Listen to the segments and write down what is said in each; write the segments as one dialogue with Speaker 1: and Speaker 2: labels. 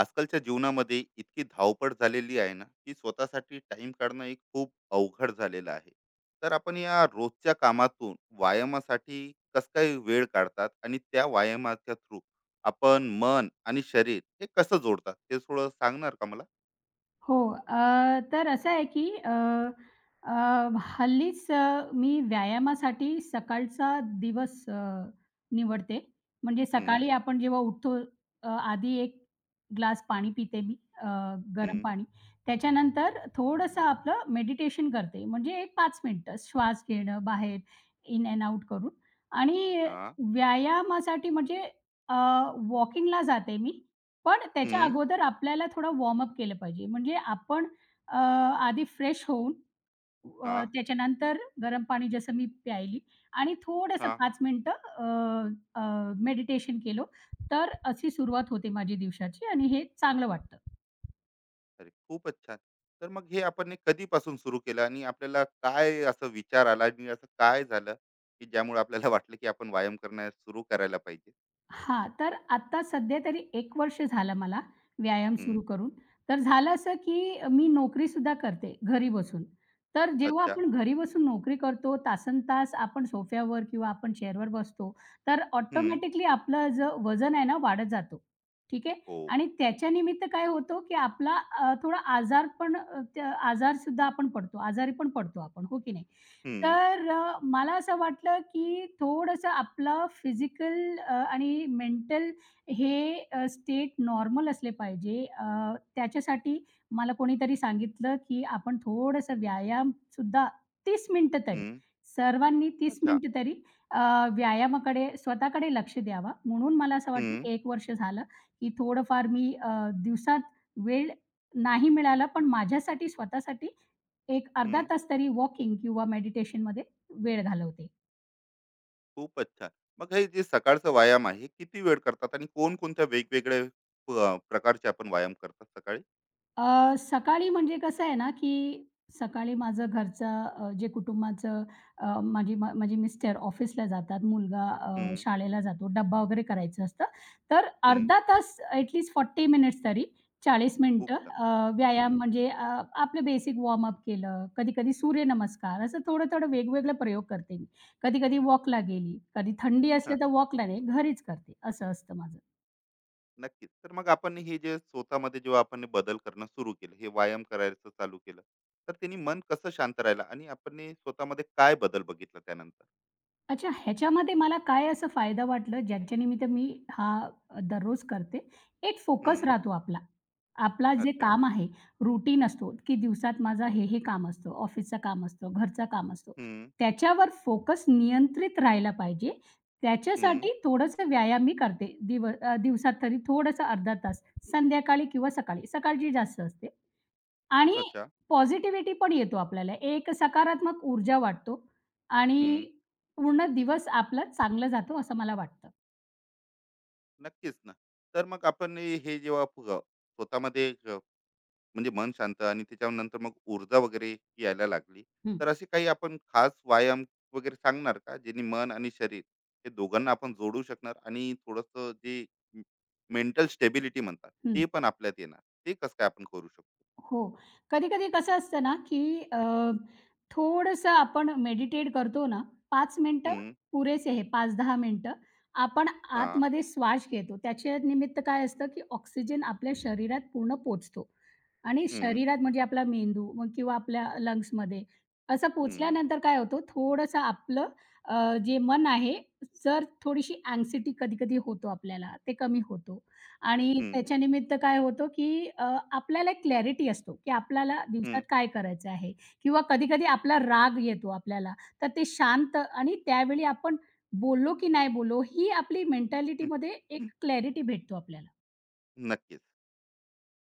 Speaker 1: आजकालच्या जीवनामध्ये इतकी धावपळ झालेली आहे ना की स्वतःसाठी टाइम काढणं एक खूप अवघड झालेलं आहे. तर आपण या रोजच्या कामातून व्यायामासाठी कस काय वेळ काढतात आणि त्या व्यायामाच्या थ्रू आपण मन आणि शरीर हे कसं जोडतात ते थोडं सांगणार का मला?
Speaker 2: हो. तर असं आहे की अ, अ, हल्लीच मी व्यायामासाठी सकाळचा दिवस निवडते. म्हणजे
Speaker 1: हम्म.
Speaker 2: सकाळी आपण जेव्हा उठतो, आधी एक ग्लास पाणी पिते मी, अ, गरम
Speaker 1: हम्म.
Speaker 2: पाणी. त्याच्यानंतर थोडंसं आपलं मेडिटेशन करते. म्हणजे एक 5 मिनिटं श्वास घेणं, बाहेर, इन अँड आउट करून. आणि
Speaker 1: हा.
Speaker 2: व्यायामासाठी म्हणजे वॉकिंगला जाते मी. पण त्याच्या
Speaker 1: हम्म.
Speaker 2: अगोदर आपल्याला थोडं वॉर्म अप केलं पाहिजे. म्हणजे आपण अ, आधी फ्रेश होऊन,
Speaker 1: हा.
Speaker 2: त्याच्यानंतर गरम पाणी जसं मी प्यायली आणि थोडंसं
Speaker 1: हा. हा.
Speaker 2: 5 मिनिटं मेडिटेशन केलं, तर अशी सुरुवात होते माझी दिवसाची आणि हे चांगलं वाटतं.
Speaker 1: अरे खूपच छान. तर मग हे आपण हे कधीपासून सुरू केलं आणि आपल्याला काय असं विचार आला आणि असं काय झालं की ज्यामुळे आपल्याला वाटलं की आपण व्यायाम करण्यास सुरू करायला पाहिजे?
Speaker 2: हां, तर आता सध्या तरी एक वर्ष झालं मला व्यायाम
Speaker 1: हं,
Speaker 2: सुरू करून. तर झालं असं, की मी नोकरीसुद्धा करते घरी बसून. तर जेव्हा
Speaker 1: अच्छा.
Speaker 2: आपण घरी बसून नोकरी करतो, तासनतास आपण सोफ्यावर किंवा आपण चेअरवर बसतो, तर
Speaker 1: हं,
Speaker 2: ऑटोमॅटिकली आपलं जे वजन आहे ना वाढत जातो. ठीक आहे.
Speaker 1: हो.
Speaker 2: आणि त्याच्यानिमित्त काय होतो, की आपला थोडा आजार पण त्या आजारसुद्धा आपण पडतो, आजारी पण पडतो आपण, हो की नाही?
Speaker 1: हं,
Speaker 2: तर मला असं वाटलं, की थोडंसं आपलं फिजिकल आणि मेंटल हे स्टेट नॉर्मल असले पाहिजे. त्याच्यासाठी मला कोणीतरी सांगितलं, की आपण थोडंसं व्यायामसुद्धा 30 मिनिटं तरी,
Speaker 1: हं,
Speaker 2: सर्वांनी 30
Speaker 1: अच्छा.
Speaker 2: मिनिटं तरी अ, व्यायामाकडे स्वतःकडे लक्ष द्यावा. म्हणून मला असं वाटलं,
Speaker 1: हं,
Speaker 2: की 1 वर्ष झालं, की थोडंफार मी दिवसात वेळ नाही मिळाला, पण माझ्यासाठी स्वतःसाठी एक अर्धा
Speaker 1: हं.
Speaker 2: तास तरी वॉकिंग किंवा मेडिटेशनमध्ये वेळ घालवते.
Speaker 1: खूपच छान. मग हे जे सकाळचं व्यायाम आहे, हे किती वेळ करतात आणि कोणकोणत्या वेगवेगळ्या प्रकारचे आपण व्यायाम करतात सकाळी?
Speaker 2: सकाळी म्हणजे कसं आहे ना, की सकाळी माझं घरचं, जे कुटुंबाचं, अ, माझी मा माझे मिस्टर ऑफिसला जातात, मुलगा
Speaker 1: हं,
Speaker 2: शाळेला जातो, डब्बा वगैरे करायचं असतं. तर
Speaker 1: हं.
Speaker 2: अर्धा तास ॲट लीस्ट 40 मिनिट्स तरी, 40
Speaker 1: खूप
Speaker 2: मिनिटं
Speaker 1: छान. हं,
Speaker 2: व्यायाम म्हणजे आपलं बेसिक वॉर्मअप केलं, कधी-कधी सूर्यनमस्कार, असं थोडं-थोडं वेगवेगळे प्रयोग करते मी. कधी-कधी वॉकला गेली, कधी थंडी
Speaker 1: हां,
Speaker 2: असली तर वॉकला नाही, घरीच करते, असं असतं माझं.
Speaker 1: नक्कीच. तर मग आपण हे जे स्वतःमध्ये जेव्हा आपण हे बदल करणं सुरू केलं, हे व्यायाम करायचं चालू केलं, तर त्यांनी मन कसं शांत राहिलं आणि आपण हे स्वतःमध्ये काय बदल बघितला त्यानंतर?
Speaker 2: अच्छा, ह्याच्यामध्ये मला काय असं फायदा वाटलं, ज्यांच्या निमित्त मी, हा, दररोज करते. एक फोकस
Speaker 1: हं,
Speaker 2: राहतो आपला. आपला जे
Speaker 1: अच्छा.
Speaker 2: काम आहे, रूटीन असतो, की दिवसात माझा हे-हे काम असतं, ऑफिसचं काम असतं, घरचं काम असतो.
Speaker 1: हं,
Speaker 2: त्याच्यावर फोकस नियंत्रित राहायला पाहिजे.
Speaker 1: हं,
Speaker 2: त्याच्यासाठी थोडंसं व्यायाम मी करते. दिवसात तरी थोडंसं अर्धा तास, संध्याकाळी किंवा सकाळी. सकाळची जास्त असते. आणि
Speaker 1: अच्छा.
Speaker 2: पॉझिटिव्हिटी पण येतो आपल्याला. एक सकारात्मक ऊर्जा वाटतो आणि पूर्ण दिवस आपला चांगला जातो असं मला वाटतं.
Speaker 1: नक्कीच ना. तर मग आपण हे जेव्हा स्वतःमध्ये एक म्हणजे मन शांत आणि त्याच्यानंतर मग ऊर्जा वगैरे यायला लागली,
Speaker 2: हं,
Speaker 1: तर असे काही आपण खास व्यायाम वगैरे सांगणार का जेणे मन आणि शरीर हे दोघांना आपण जोडू शकणार आणि थोडस जे मेंटल स्टेबिलिटी म्हणतात
Speaker 2: हं.
Speaker 1: ते पण आपल्यात येणार? ते कसं काय आपण करू शकतो?
Speaker 2: हो. कधी-कधी कसं असतं ना, की थोडंसं आपण मेडिटेट करतो ना, 5 मिनिटं
Speaker 1: हम्म,
Speaker 2: पुरेसे आहे. 5-10 मिनिटं. आपण
Speaker 1: हा.
Speaker 2: आतमध्ये श्वास घेतो. त्याच्या निमित्त काय असतं, की ऑक्सिजन आपल्या शरीरात पूर्ण पोहोचतो आणि
Speaker 1: हम्म,
Speaker 2: शरीरात म्हणजे आपला मेंदू मग किंवा आपल्या लंग्समध्ये. असं
Speaker 1: हम्म,
Speaker 2: पोचल्यानंतर काय होतं, थोडंसं आपलं अ, जे मन आहे, जर थोडीशी अँक्साइटी कधी-कधी होतो आपल्याला, ते कमी होतो. आणि
Speaker 1: हम्म,
Speaker 2: त्याच्यानिमित्त काय होतं, की आपल्याला एक क्लॅरिटी असतो, की आपल्याला दिवसात
Speaker 1: हम्म,
Speaker 2: काय करायचं आहे किंवा कधी-कधी आपला राग येतो आपल्याला. तर ते शांत आणि त्यावेळी आपण बोललो की नाही बोललो, ही आपली
Speaker 1: हम्म,
Speaker 2: मेंटॅलिटीमध्ये एक
Speaker 1: हम्म.
Speaker 2: क्लॅरिटी भेटतो आपल्याला.
Speaker 1: नक्कीच.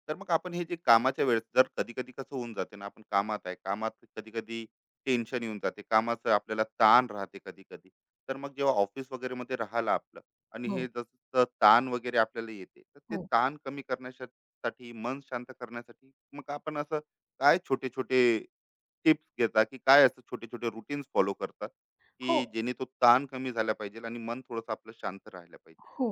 Speaker 1: तर मग आपण हे जे कामाच्या वेळेस जर कधी कधी कसं होऊन जाते ना, आपण कामात आहे कामात, कधी कधी टेन्शन येऊन जाते कामाचं, आपल्याला ताण राहते कधी कधी. तर मग जेव्हा ऑफिस वगैरे मध्ये राहिला आपलं आणि हे
Speaker 2: हो,
Speaker 1: जसं ताण वगैरे आपल्याला येते, तर ते
Speaker 2: हो,
Speaker 1: ताण कमी करण्यासाठी मन शांत करण्यासाठी मग आपण असं काय छोटे छोटे टिप्स घेता, की काय असं छोटे छोटे रुटीन्स फॉलो करतात
Speaker 2: हो.
Speaker 1: की जेणे तो ताण कमी झाला पाहिजे आणि मन थोडंसं आपलं शांत राहिलं पाहिजे?
Speaker 2: हो.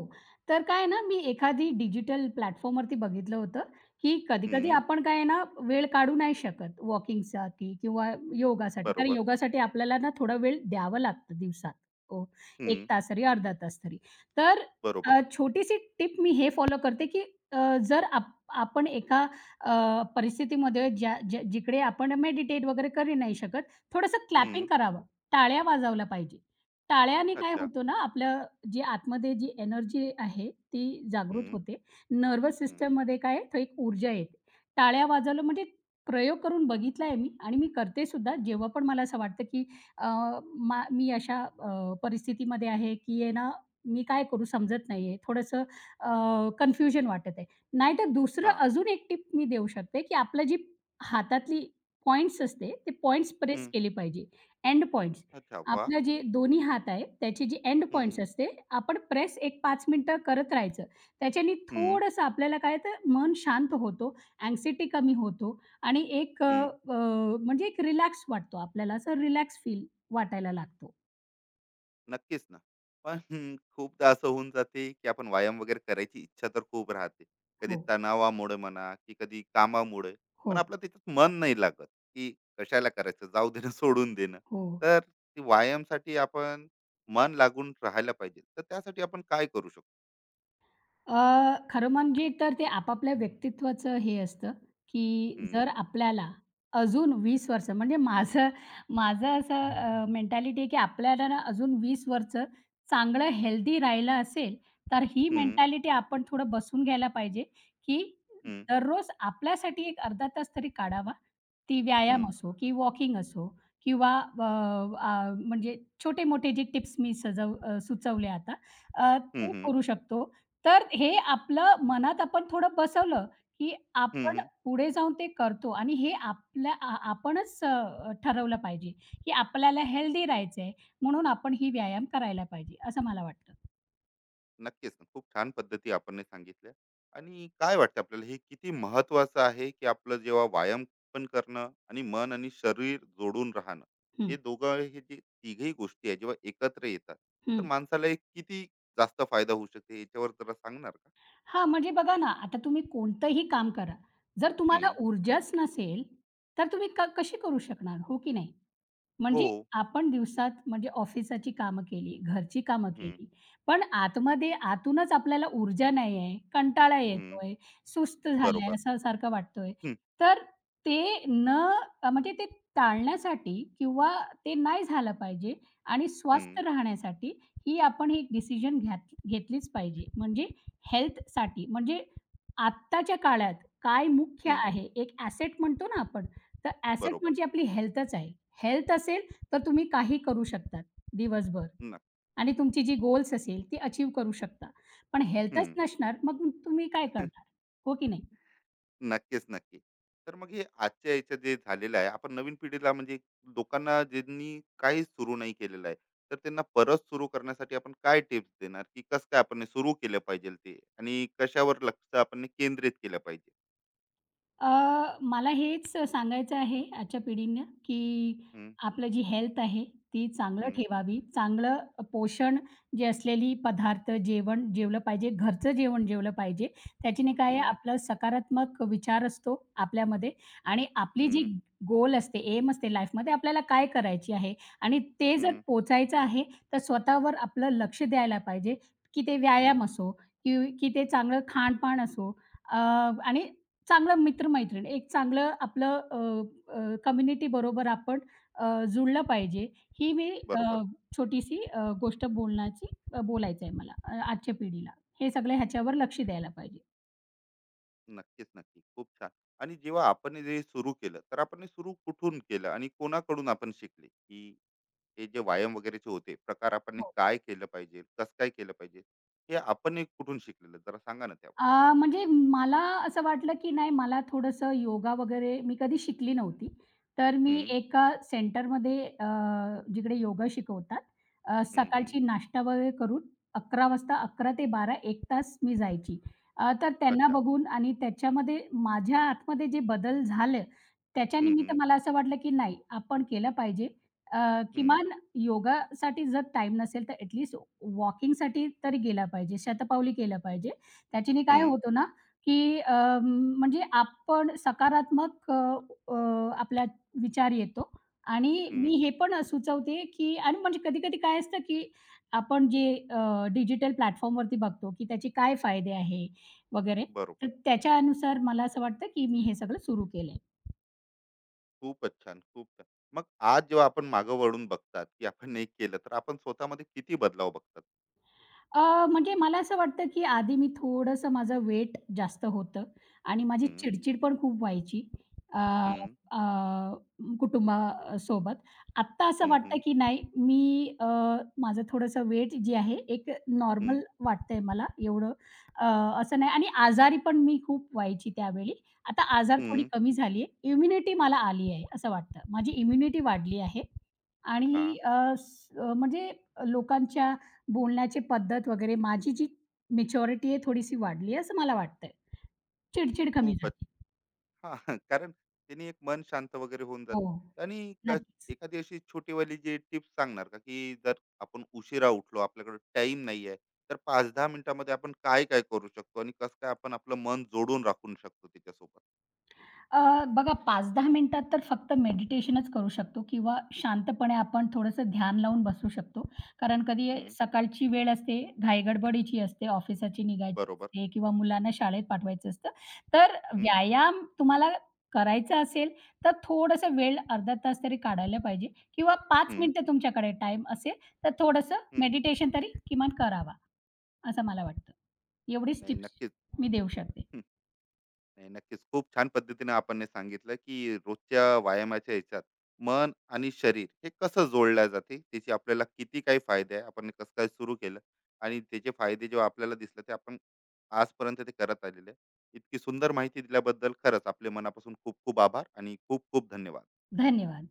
Speaker 2: तर काय आहे ना, मी एखादी डिजिटल प्लॅटफॉर्मवरती बघितलं होतं, की कधी-कधी
Speaker 1: हम्म.
Speaker 2: आपण काय आहे ना, वेळ काढू नाही शकत वॉकिंगसाठी किंवा योगासाठी. कारण
Speaker 1: बरोबर.
Speaker 2: योगासाठी आपल्याला ना थोडा वेळ द्यावा लागतो दिवसात. हो, 1
Speaker 1: हम्म.
Speaker 2: तास तरी, अर्धा तास तरी. तर
Speaker 1: बरोबर.
Speaker 2: छोटीशी टिप मी हे फॉलो करते, की अ, जर आप आपण एका परिस्थितीमध्ये ज्या ज्या जिकडे आपण मेडिटेट वगैरे करू नाही शकत, थोडंसं क्लॅपिंग
Speaker 1: हम्म.
Speaker 2: करावं, टाळ्या वाजवल्या पाहिजे. टाळ्याने काय
Speaker 1: अच्छा.
Speaker 2: होतं ना आपलं, जी आतमध्ये जी एनर्जी आहे ती जागृत
Speaker 1: हम्म.
Speaker 2: होते. नर्वस
Speaker 1: हं,
Speaker 2: सिस्टममध्ये काय आहे, तर एक ऊर्जा येते. टाळ्या वाजवलं म्हणजे प्रयोग करून बघितला आहे मी आणि मी करते सुद्धा. जेव्हा पण मला असं वाटतं, की अ, मा मी अशा परिस्थितीमध्ये आहे, की आहे ना, मी काय करू समजत नाही आहे. थोडंसं कन्फ्युजन वाटत आहे. नाहीतर दुसरं
Speaker 1: हां,
Speaker 2: अजून एक टिप मी देऊ शकते, की आपलं जी हातातली पॉइंट्स असते, ते पॉइंट्स प्रेस
Speaker 1: हं.
Speaker 2: केले पाहिजे. And points.
Speaker 1: अच्छा, वाह!
Speaker 2: आपलं जे दोन्ही हात आहे, त्याचे जे एंड
Speaker 1: हं,
Speaker 2: पॉइंट्स
Speaker 1: हं,
Speaker 2: असते, आपण प्रेस एक 5 मिनिटं करत राहायचं. त्याच्याने
Speaker 1: हं.
Speaker 2: थोडंसं आपल्याला काय तर मन शांत होतो, अँक्झायटी कमी होतो आणि एक, अ, अ, म्हणजे एक रिलॅक्स वाटतो आपल्याला, असं रिलॅक्स फील वाटायला लागतो.
Speaker 1: नक्कीच ना. पण हं, खूपदा असं होऊन जाते, की आपण व्यायाम वगैरे करायची इच्छा तर खूप राहते. कधी
Speaker 2: हो,
Speaker 1: तणावामुळे म्हणा, की कधी कामामुळे.
Speaker 2: हो,
Speaker 1: पण आपलं त्याच्यात मन नाही लागत, की कशाला करायचं, जाऊ देणं, सोडून देणं.
Speaker 2: हो.
Speaker 1: तर व्यायामासाठी आपण मन लागून राहायला पाहिजे. तर त्यासाठी आपण काय करू शकतो?
Speaker 2: खरं म्हणजे तर ते आपापल्या व्यक्तित्वाचं हे असतं, की
Speaker 1: हं,
Speaker 2: जर आपल्याला अजून 20 वर्ष म्हणजे, माझं माझं असं मेंटॅलिटी आहे, की आपल्याला ना अजून 20 वर्ष चांगलं हेल्दी राहिलं असेल, तर ही
Speaker 1: हं,
Speaker 2: मेंटॅलिटी आपण थोडं बसून घ्यायला पाहिजे, की
Speaker 1: हं,
Speaker 2: दररोज आपल्यासाठी एक अर्धा तास तरी काढावा. ती व्यायाम
Speaker 1: हं,
Speaker 2: असो की वॉकिंग असो किंवा अ, अ, म्हणजे छोटे-मोठे जे टिप्स मी सुचवले आता,
Speaker 1: हं,
Speaker 2: ते
Speaker 1: हं.
Speaker 2: करू शकतो, तर हे आपलं मनात आपण थोडं बसवलं, की आपण पुढे जाऊन ते करतो आणि हे आपल्या आ आपणच ठरवलं पाहिजे, की आपल्याला हेल्दी राहायचंय म्हणून आपण ही व्यायाम करायला पाहिजे, असं मला वाटतं.
Speaker 1: नक्कीच. ना. खूप छान पद्धती आपण सांगितल्या. आणि काय वाटतं आपल्याला हे किती महत्त्वाचं आहे, की आपलं जेव्हा व्यायाम पण करणं आणि मन आणि शरीर जोडून राहणं,
Speaker 2: हं,
Speaker 1: हे दोघं हे जे तिघही गोष्टी आहेत, जेव्हा एकत्र येतात, तर
Speaker 2: हं.
Speaker 1: माणसाला एक किती जास्त फायदा होऊ शकते याच्यावर जरा सांगणार का?
Speaker 2: हां, म्हणजे बघा ना, आता तुम्ही कोणतंही काम करा. जर तुम्हाला
Speaker 1: हं.
Speaker 2: ऊर्जाच नसेल, तर तुम्ही कशी करू शकणार, हो की नाही?
Speaker 1: हो.
Speaker 2: म्हणजे आपण दिवसात म्हणजे ऑफिसाची कामं केली, घरची कामं
Speaker 1: हं,
Speaker 2: केली, पण आतमध्ये आतूनच आपल्याला ऊर्जा नाही आहे, कंटाळा
Speaker 1: हं.
Speaker 2: येतोय, सुस्त झालाय
Speaker 1: बरोबर.
Speaker 2: असं सारखं वाटतोय.
Speaker 1: हं,
Speaker 2: तर ते म्हणजे ते टाळण्यासाठी किंवा ते नाही झालं पाहिजे आणि
Speaker 1: हं,
Speaker 2: स्वस्थ राहण्यासाठी ही आपण एक डिसिजन घेतलीच पाहिजे. म्हणजे हेल्थसाठी म्हणजे आत्ताच्या काळात काय मुख्य
Speaker 1: हं.
Speaker 2: आहे, एक ॲसेट म्हणतो ना आपण, तर ॲसेट
Speaker 1: बरोबर.
Speaker 2: म्हणजे आपली हेल्थच आहे. हेल्थ असेल, तर तुम्ही काही करू शकतात दिवसभर
Speaker 1: नक्क.
Speaker 2: आणि तुमची जी गोल्स असेल, ती अचीव्ह करू शकता. पण हेल्थच
Speaker 1: हं.
Speaker 2: नसणार, मग तुम्ही काय करणार? हो की नाही?
Speaker 1: नक्कीच, नक्की. तर मग हे आजच्या याच्यात जे झालेलं आहे, आपण नवीन पिढीला म्हणजे लोकांना ज्यांनी काही सुरू नाही केलेलं आहे, तर त्यांना परत सुरू करण्यासाठी आपण काय टिप्स देणार, की कसं काय आपण सुरू केलं पाहिजे ते आणि कशावर लक्ष आपण केंद्रित केलं पाहिजे?
Speaker 2: अ, मला हेच सांगायचं आहे आजच्या पिढींना, की
Speaker 1: हम्म,
Speaker 2: आपलं जी हेल्थ आहे ती चांगलं
Speaker 1: हम्म,
Speaker 2: ठेवावी. चांगलं पोषण जे असलेली पदार्थ, जेवण जेवलं पाहिजे. घरचं जेवण जेवलं पाहिजे. त्याच्याने काय आहे
Speaker 1: हम्म,
Speaker 2: आपलं सकारात्मक विचार असतो आपल्यामध्ये आणि आपली जी
Speaker 1: हम्म,
Speaker 2: गोल असते, एम असते लाईफमध्ये आपल्याला काय करायची आहे आणि ते जर
Speaker 1: हम्म,
Speaker 2: पोचायचं आहे, तर स्वतःवर आपलं लक्ष द्यायला पाहिजे, की ते
Speaker 1: हम्म.
Speaker 2: व्यायाम असो की की ते चांगलं खाणपान असो. आणि चांगलं मित्र-मैत्रीण, एक चांगलं आपलं कम्युनिटी बरोबर आपण अ, जुळलं पाहिजे. ही मी,
Speaker 1: बरोबर.
Speaker 2: छोटीशी गोष्ट बोलण्याची, बोलायचं आहे मला आजच्या पिढीला. हे सगळं ह्याच्यावर लक्ष द्यायला पाहिजे.
Speaker 1: नक्कीच, नक्की, खूप छान. आणि जेव्हा आपण हे जे सुरू केलं, तर आपण हे सुरू कुठून केलं आणि कोणाकडून आपण शिकले की हे जे व्यायाम वगैरेचे होते प्रकार, आपण हे
Speaker 2: हो.
Speaker 1: काय केलं पाहिजे, कसं काय केलं पाहिजे, हे आपण हे कुठून शिकलेलं जरा सांगा ना त्यावर.
Speaker 2: म्हणजे मला असं वाटलं, की नाही मला थोडंसं योगा वगैरे मी कधी शिकली नव्हती. तर मी
Speaker 1: हम्म.
Speaker 2: एका सेंटरमध्ये, जिकडे योगा शिकवतात,
Speaker 1: हम्म. हम्म.
Speaker 2: सकाळची नाश्ता वगैरे करून 11 वाजता, 11 ते 12 एक तास मी जायची. तर त्यांना
Speaker 1: अच्छा.
Speaker 2: बघून आणि त्याच्यामध्ये माझ्या आतमध्ये जे बदल झालं,
Speaker 1: हम्म.
Speaker 2: त्याच्यानिमित्त
Speaker 1: हम्म.
Speaker 2: मला असं वाटलं, की नाही आपण केलं पाहिजे. अ,
Speaker 1: हम्म.
Speaker 2: किमान योगासाठी जर टाईम नसेल तर ॲट वॉकिंगसाठी तरी गेला पाहिजे, शतपावली केलं पाहिजे. त्याच्याने काय
Speaker 1: हम्म.
Speaker 2: होतं ना, की म्हणजे आपण सकारात्मक अ, अ, आपला विचार येतो आणि
Speaker 1: हम्म.
Speaker 2: मी हे पण सुचवते, की आणि म्हणजे कधी-कधी काय असतं, की आपण जे डिजिटल प्लॅटफॉर्मवरती बघतो, की त्याचे काय फायदे आहे वगैरे,
Speaker 1: बरोबर.
Speaker 2: तर त्याच्यानुसार मला असं वाटतं, की मी हे सगळं सुरू केलंय.
Speaker 1: खूपच छान, खूप छान. मग आज जेव्हा आपण मागं वळून बघतात, की आपण नाही केलं तर आपण स्वतःमध्ये किती बदलाव बघतात?
Speaker 2: म्हणजे मला असं वाटतं, की आधी मी थोडंसं माझं वेट जास्त होतं आणि माझी
Speaker 1: हम्म.
Speaker 2: चिडचिड पण खूप व्हायची अ,
Speaker 1: हम्म.
Speaker 2: अ, कुटुंबासोबत. आत्ता असं
Speaker 1: हम्म.
Speaker 2: वाटतं,
Speaker 1: हम्म.
Speaker 2: की नाही मी, माझं थोडंसं वेट जे आहे एक नॉर्मल
Speaker 1: हम्म.
Speaker 2: वाटतंय मला एवढं, अ, असं नाही आणि आजारी पण मी खूप व्हायची त्यावेळी. आता आजार थोडी
Speaker 1: हम्म.
Speaker 2: कमी झाली आहे. इम्युनिटी मला आली आहे असं वाटतं. माझी इम्युनिटी वाढली आहे
Speaker 1: हा.
Speaker 2: आणि म्हणजे लोकांच्या बोलण्याची पद्धत वगैरे माझी जी मॅच्युरिटी आहे थोडीशी वाढली आहे असं मला वाटतंय. चिड-चिड कमी
Speaker 1: खूपच.
Speaker 2: झाली.
Speaker 1: हां, हां. कारण त्यांनी एक मन शांत वगैरे होऊन
Speaker 2: हो,
Speaker 1: जातं आणि क.
Speaker 2: नक्कीच.
Speaker 1: एखादी अशी छोटीवाली जी टिप्स सांगणार का, की जर आपण उशिरा उठलो, आपल्याकडे टाईम नाही आहे, तर 5-10 मिनिटांमध्ये आपण काय-काय करू शकतो आणि कसं काय आपण आपलं मन जोडून राखू शकतो त्याच्यासोबत?
Speaker 2: बघा 5-10 मिनिटात तर फक्त मेडिटेशनच करू शकतो किंवा शांतपणे आपण थोडंसं ध्यान लावून बसू शकतो. कारण कधी
Speaker 1: हं,
Speaker 2: सकाळची वेळ असते, घाईगडबडीची असते, ऑफिसाची निघायची
Speaker 1: बरोबर.
Speaker 2: असते किंवा मुलांना शाळेत पाठवायचं असतं. तर
Speaker 1: हं,
Speaker 2: व्यायाम तुम्हाला करायचा असेल, तर थोडंसं वेळ अर्धा तास तरी काढायला पाहिजे किंवा 5
Speaker 1: हं,
Speaker 2: मिनिटं तुमच्याकडे टाईम असेल, तर थोडंसं
Speaker 1: हं.
Speaker 2: मेडिटेशन तरी किमान करावा, असं मला वाटतं. एवढीच
Speaker 1: नाही,
Speaker 2: टिप्स
Speaker 1: नक्कीच.
Speaker 2: मी देऊ शकते.
Speaker 1: नाही, नक्कीच. खूप छान पद्धतीने आपण हे सांगितलं, की रोजच्या व्यायामाच्या ह्याच्यात मन आणि शरीर हे कसं जोडल्या जाते, त्याचे आपल्याला किती काही फायदे आहे, आपण हे कसं काय सुरू केलं आणि त्याचे फायदे जेव्हा आपल्याला दिसले, ते आपण आजपर्यंत ते करत आलेले आहे. इतकी सुंदर माहिती दिल्याबद्दल खरंच आपले मनापासून खूप खूप आभार आणि खूप खूप धन्यवाद.
Speaker 2: धन्यवाद.